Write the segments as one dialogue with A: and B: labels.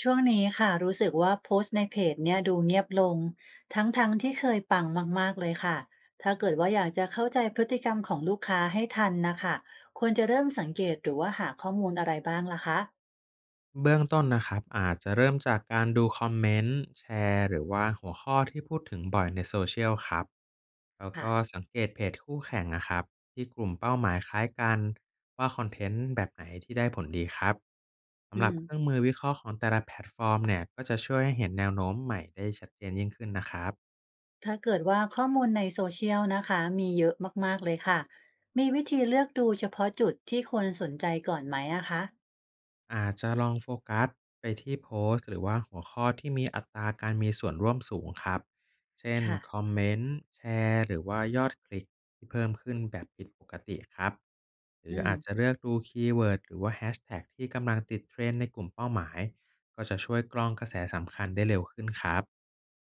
A: ช่วงนี้ค่ะรู้สึกว่าโพสต์ในเพจเนี่ยดูเงียบลงทั้งๆทที่เคยปังมากๆเลยค่ะถ้าเกิดว่าอยากจะเข้าใจพฤติกรรมของลูกค้าให้ทันนะคะควรจะเริ่มสังเกตหรือว่าหาข้อมูลอะไรบ้างล่ะคะ
B: เบื้องต้นนะครับอาจจะเริ่มจากการดูคอมเมนต์แชร์หรือว่าหัวข้อที่พูดถึงบ่อยในโซเชียลครับแล้ว
A: ค่ะ
B: ก็สังเกตเพจคู่แข่งนะครับที่กลุ่มเป้าหมายคล้ายกันว่าคอนเทนต์แบบไหนที่ได้ผลดีครับ
A: อื
B: สำหรับ
A: ม
B: เครื่องมือวิเคราะห์ของแต่ละแพลตฟอร์มเนี่ยก็จะช่วยให้เห็นแนวโน้มใหม่ได้ชัดเจนยิ่งขึ้นนะครับ
A: ถ้าเกิดว่าข้อมูลในโซเชียลนะคะมีเยอะมากๆเลยค่ะมีวิธีเลือกดูเฉพาะจุดที่ควรสนใจก่อนไหมอะคะ
B: อาจจะลองโฟกัสไปที่โพสต์หรือว่าหัวข้อที่มีอัตราการมีส่วนร่วมสูงครับ เช่น
A: ค่ะ
B: คอมเมนต์แชร์หรือว่ายอดคลิกที่เพิ่มขึ้นแบบผิดปกติครับ หรื
A: อื
B: ออาจจะ
A: ม
B: เลือกดูคีย์เวิร์ดหรือว่าแฮชแท็กที่กำลังติดเทรนด์ในกลุ่มเป้าหมาย ก็จะช่วยกรองกระแสสำคัญได้เร็วขึ้นครับ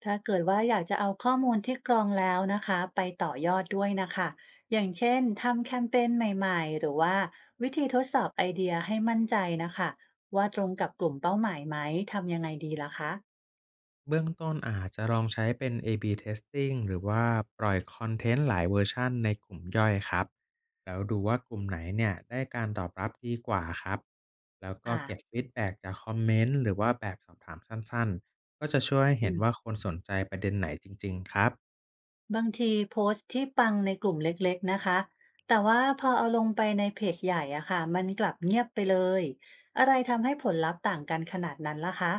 A: ถ้าเกิดว่าอยากจะเอาข้อมูลที่กรองแล้วนะคะไปต่อยอดด้วยนะคะอย่างเช่นทำแคมเปญใหม่ๆหรือว่าวิธีทดสอบไอเดียให้มั่นใจนะคะว่าตรงกับกลุ่มเป้าหมายไหมทำยังไงดีล่ะคะ
B: เบื้องต้นอาจจะลองใช้เป็น A/B testing หรือว่าปล่อยคอนเทนต์หลายเวอร์ชันในกลุ่มย่อยครับแล้วดูว่ากลุ่มไหนเนี่ยได้การตอบรับดีกว่าครับแล้วก็
A: อ่า
B: เก็บฟีดแบ็กจากคอมเมนต์หรือว่าแบบสอบถามสั้นๆก็จะช่วยให้
A: อื
B: เห็นว่า
A: ม
B: คนสนใจประเด็นไหนจริงๆครับ
A: บางทีโพสต์ที่ปังในกลุ่มเล็กๆนะคะแต่ว่าพอเอาลงไปในเพจใหญ่อะค่ะมันกลับเงียบไปเลยอะไรทำให้ผลลัพธ์ต่างกันขนาดนั้นล่ะคะ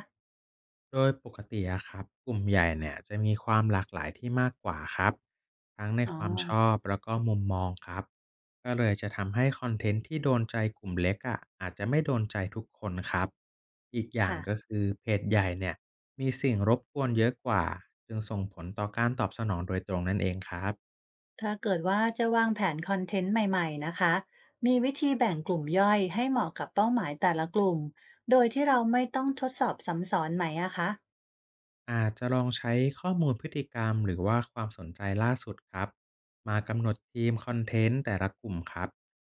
B: โดยปกติอะครับกลุ่มใหญ่เนี่ยจะมีความหลากหลายที่มากกว่าครับทั้งใน
A: อ๋อ
B: ความชอบแล้วก็มุมมองครับก็เลยจะทำให้คอนเทนต์ที่โดนใจกลุ่มเล็กอะอาจจะไม่โดนใจทุกคนครับอีกอย่าง
A: ค่ะ
B: ก็คือเพจใหญ่เนี่ยมีสิ่งรบกวนเยอะกว่าจึงส่งผลต่อการตอบสนองโดยตรงนั่นเองครับ
A: ถ้าเกิดว่าจะวางแผนคอนเทนต์ใหม่ๆนะคะมีวิธีแบ่งกลุ่มย่อยให้เหมาะกับเป้าหมายแต่ละกลุ่มโดยที่เราไม่ต้องทดสอบซ้ำซ้อนไหมอะคะ
B: อาจจะลองใช้ข้อมูลพฤติกรรมหรือว่าความสนใจล่าสุดครับมากำหนดทีมคอนเทนต์แต่ละกลุ่มครับ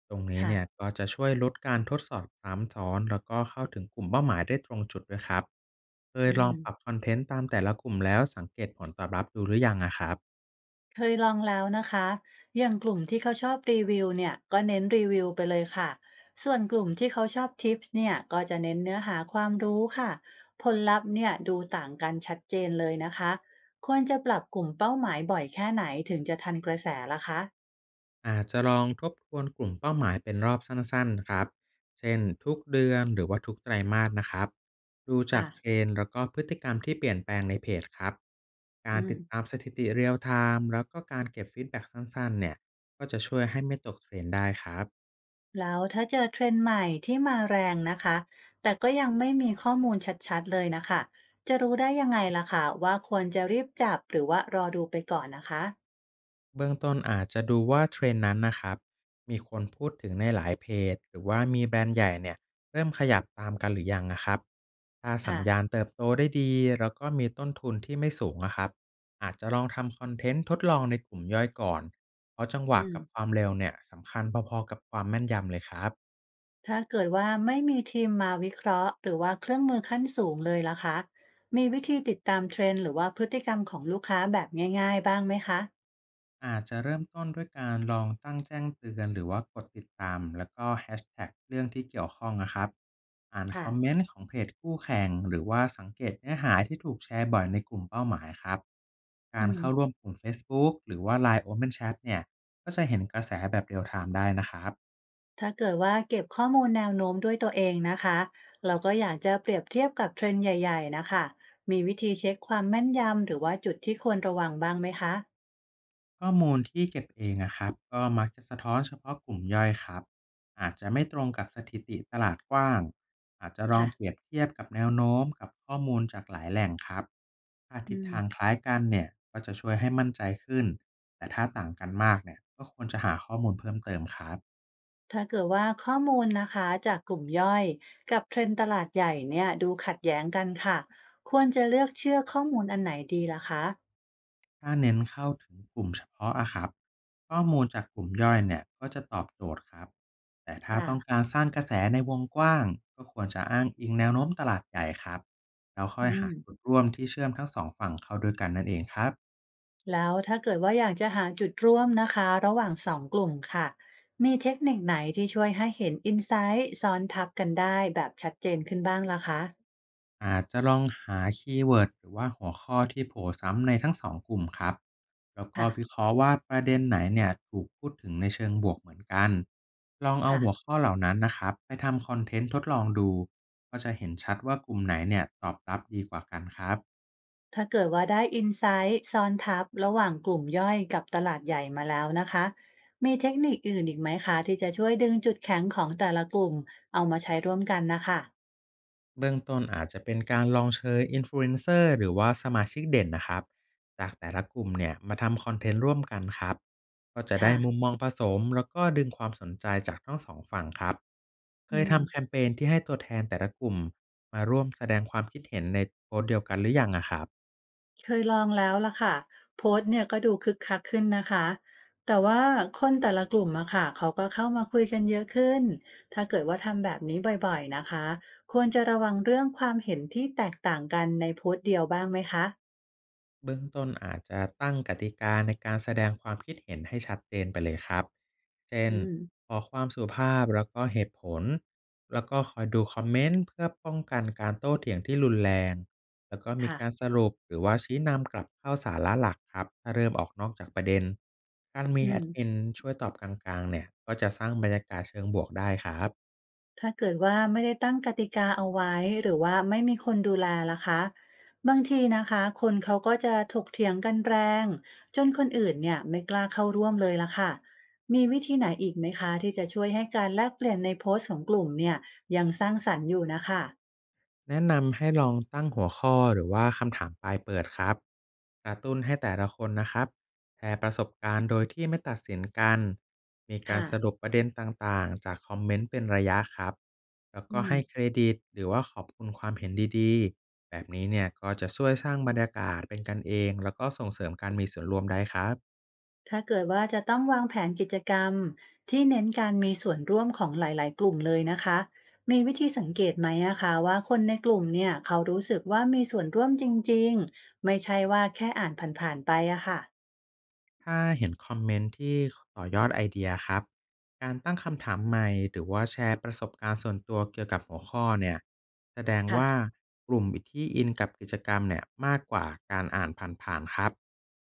B: ตรงนี้
A: ค่ะ
B: เนี่ยก็จะช่วยลดการทดสอบซ้ำซ้อนแล้วก็เข้าถึงกลุ่มเป้าหมายได้ตรงจุดด้วยครับเค
A: อื
B: ยลองปรับ
A: ม
B: คอนเทนต์ตามแต่ละกลุ่มแล้วสังเกตผลตอบรับดูหรือยังอะครับ
A: เคยลองแล้วนะคะอย่างกลุ่มที่เขาชอบรีวิวเนี่ยก็เน้นรีวิวไปเลยค่ะส่วนกลุ่มที่เขาชอบทิปส์เนี่ยก็จะเน้นเนื้อหาความรู้ค่ะผลลัพธ์เนี่ยดูต่างกันชัดเจนเลยนะคะควรจะปรับกลุ่มเป้าหมายบ่อยแค่ไหนถึงจะทันกระแสล่ะคะ
B: อาจจะลองทบทวนกลุ่มเป้าหมายเป็นรอบสั้นๆนะครับ เช่นทุกเดือนหรือว่าทุกไตรมาสนะครับดูจา
A: ค่ะ
B: กเทรนด์แล้วก็พฤติกรรมที่เปลี่ยนแปลงในเพจครับการ
A: อืม
B: ติดตามสถิติเรียลไทม์แล้วก็การเก็บฟีดแบ็กสั้นๆเนี่ยก็จะช่วยให้ไม่ตกเทรนด์ได้ครับ
A: แล้วถ้าเจอเทรนด์ใหม่ที่มาแรงนะคะแต่ก็ยังไม่มีข้อมูลชัดๆเลยนะคะจะรู้ได้ยังไงล่ะคะว่าควรจะรีบจับหรือว่ารอดูไปก่อนนะคะ
B: เบื้องต้นอาจจะดูว่าเทรนด์นั้นนะครับมีคนพูดถึงในหลายเพจหรือว่ามีแบรนด์ใหญ่เนี่ยเริ่มขยับตามกันหรือยังนะครับถ้าสั
A: ค่ะ
B: ญญาณเติบโตได้ดีแล้วก็มีต้นทุนที่ไม่สูงนะครับอาจจะลองทำคอนเทนต์ทดลองในกลุ่มย่อยก่อนเพราะจังหวะ
A: อืม
B: กับความเร็วเนี่ยสำคัญพอๆกับความแม่นยำเลยครับ
A: ถ้าเกิดว่าไม่มีทีมมาวิเคราะห์หรือว่าเครื่องมือขั้นสูงเลยล่ะคะมีวิธีติดตามเทรนด์หรือว่าพฤติกรรมของลูกค้าแบบง่ายๆบ้างไหมคะ
B: อาจจะเริ่มต้นด้วยการลองตั้งแจ้งเตือนหรือว่ากดติดตามแล้วก็แฮชแท็กเรื่องที่เกี่ยวข้องนะครับอ่านค
A: ค่ะ
B: อมเมนต์ของเพจคู่แข่งหรือว่าสังเกตเนื้อหาที่ถูกแชร์บ่อยในกลุ่มเป้าหมายครับ
A: อื
B: การเข้าร่ว
A: ม
B: มกลุ่ม Facebook หรือว่า Line Open Chat เนี่ยก็จะเห็นกระแสแบบเรียลไทม์ได้นะครับ
A: ถ้าเกิดว่าเก็บข้อมูลแนวโน้มด้วยตัวเองนะคะเราก็อยากจะเปรียบเทียบกับเทรนด์ใหญ่ๆนะคะมีวิธีเช็คความแม่นยำหรือว่าจุดที่ควรระวังบ้างไหมคะ
B: ข้อมูลที่เก็บเองอะครับก็มักจะสะท้อนเฉพาะกลุ่มย่อยครับอาจจะไม่ตรงกับสถิติตลาดกว้างอาจจะลอ
A: ค่ะ
B: งเปรียบเทียบกับแนวโน้มกับข้อมูลจากหลายแหล่งครับถ้าทิศ
A: อืม
B: ทางคล้ายกันเนี่ยก็จะช่วยให้มั่นใจขึ้นแต่ถ้าต่างกันมากเนี่ยก็ควรจะหาข้อมูลเพิ่มเติมครับ
A: ถ้าเกิดว่าข้อมูลนะคะจากกลุ่มย่อยกับเทรนด์ตลาดใหญ่เนี่ยดูขัดแย้งกันค่ะควรจะเลือกเชื่อข้อมูลอันไหนดีล่ะคะ
B: ถ้าเน้นเข้าถึงกลุ่มเฉพาะอะครับข้อมูลจากกลุ่มย่อยเนี่ยก็จะตอบโจทย์ครับแต่ถ้าต้อง
A: ค่ะ
B: การสร้างกระแสในวงกว้างก็ควรจะอ้างอิงแนวโน้มตลาดใหญ่ครับแล้วค่
A: อื
B: อยหา
A: ม
B: จุดร่วมที่เชื่อมทั้งสองฝั่งเข้าด้วยกันนั่นเองครับ
A: แล้วถ้าเกิดว่าอยากจะหาจุดร่วมนะคะระหว่างสองกลุ่มค่ะมีเทคนิคไหนที่ช่วยให้เห็นอินไซต์ซ้อนทับกันได้แบบชัดเจนขึ้นบ้างล่ะคะ
B: อาจจะลองหาคีย์เวิร์ดหรือว่าหัวข้อที่โผล่ซ้ำในทั้งสองกลุ่มครับแล้วก็
A: ค่ะ
B: วิเคราะห์ว่าประเด็นไหนเนี่ยถูกพูดถึงในเชิงบวกเหมือนกันลองเอา
A: ค่ะ
B: หัวข้อเหล่านั้นนะครับไปทำคอนเทนต์ทดลองดูก็จะเห็นชัดว่ากลุ่มไหนเนี่ยตอบรับดีกว่ากันครับ
A: ถ้าเกิดว่าได้อินไซต์ซ้อนทับระหว่างกลุ่มย่อยกับตลาดใหญ่มาแล้วนะคะมีเทคนิคอื่นอีกไหมคะที่จะช่วยดึงจุดแข็งของแต่ละกลุ่มเอามาใช้ร่วมกันนะคะ
B: เบื้องต้นอาจจะเป็นการลองเชิญอินฟลูเอนเซอร์หรือว่าสมาชิกเด่นนะครับจากแต่ละกลุ่มเนี่ยมาทำคอนเทนต์ร่วมกันครับก็จะได้
A: ค่ะ
B: มุมมองผสมแล้วก็ดึงความสนใจจากทั้งสองฝั่งครับ เค
A: อื
B: ย
A: ม
B: ทำแคมเปญที่ให้ตัวแทนแต่ละกลุ่มมาร่วมแสดงความคิดเห็นในโพสต์เดียวกันหรือยังอะครับ
A: เคยลองแล้วล่ะค่ะโพสต์เนี่ยก็ดูคึกคักขึ้นนะคะแต่ว่าคนแต่ละกลุ่มอะค่ะเขาก็เข้ามาคุยกันเยอะขึ้นถ้าเกิดว่าทำแบบนี้บ่อยๆนะคะควรจะระวังเรื่องความเห็นที่แตกต่างกันในโพสต์เดียวบ้างไหมคะ
B: เบื้องต้นอาจจะตั้งกติกาในการแสดงความคิดเห็นให้ชัดเจนไปเลยครับเช่น
A: อืม
B: ขอความสุภาพแล้วก็เหตุผลแล้วก็คอยดูคอมเมนต์เพื่อป้องกันการโต้เถียงที่รุนแรงแล้วก็มี
A: ค่ะ
B: การสรุปหรือว่าชี้นำกลับเข้าสาระหลักครับถ้าเริ่มออกนอกจากประเด็นการมี
A: อื
B: แอ
A: ม
B: ดมินช่วยตอบกลางๆเนี่ยก็จะสร้างบรรยากาศเชิงบวกได้ครับ
A: ถ้าเกิดว่าไม่ได้ตั้งกติกาเอาไว้หรือว่าไม่มีคนดูแลล่ะคะบางทีนะคะคนเขาก็จะถกเถียงกันแรงจนคนอื่นเนี่ยไม่กล้าเข้าร่วมเลยล่ะค่ะมีวิธีไหนอีกไหมคะที่จะช่วยให้การแลกเปลี่ยนในโพสต์ของกลุ่มเนี่ยยังสร้างสรรค์อยู่นะคะ
B: แนะนำให้ลองตั้งหัวข้อหรือว่าคำถามปลายเปิดครับกระตุ้นให้แต่ละคนนะครับแชร์ประสบการณ์โดยที่ไม่ตัดสินกันมีการ
A: ค่ะ
B: สรุปประเด็นต่างๆจากคอมเมนต์เป็นระยะครับแล้วก็
A: อืม
B: ให้เครดิตหรือว่าขอบคุณความเห็นดีๆแบบนี้เนี่ยก็จะช่วยสร้างบรรยากาศเป็นกันเองแล้วก็ส่งเสริมการมีส่วนร่วมได้ครับ
A: ถ้าเกิดว่าจะต้องวางแผนกิจกรรมที่เน้นการมีส่วนร่วมของหลายๆ กลุ่มเลยนะคะ มีวิธีสังเกตไหมอะคะว่าคนในกลุ่มเนี่ยเขารู้สึกว่ามีส่วนร่วมจริงๆไม่ใช่ว่าแค่อ่านผ่านๆไปอะค่ะ
B: ถ้าเห็นคอมเมนต์ที่ต่อยอดไอเดียครับ การตั้งคำถามใหม่หรือว่าแชร์ประสบการณ์ส่วนตัวเกี่ยวกับหัวข้อเนี่ยแสดงว่า
A: ค่ะ
B: กลุ่มที่อินกับกิจกรรมเนี่ยมากกว่าการอ่านผ่านๆครับ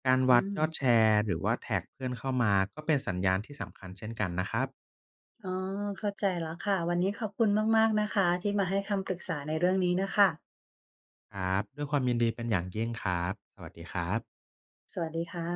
B: การ
A: อื
B: วัด
A: ม
B: ยอดแชร์หรือว่าแท็กเพื่อนเข้ามาก็เป็นสัญญาณที่สำคัญเช่นกันนะครับ
A: อ๋อเข้าใจแล้วค่ะวันนี้ขอบคุณมากๆนะคะที่มาให้คำปรึกษาในเรื่องนี้น่ะค่ะ
B: ครับด้วยความยินดีเป็นอย่างยิ่งครับสวัสดีครับ
A: สวัสดีค่ะ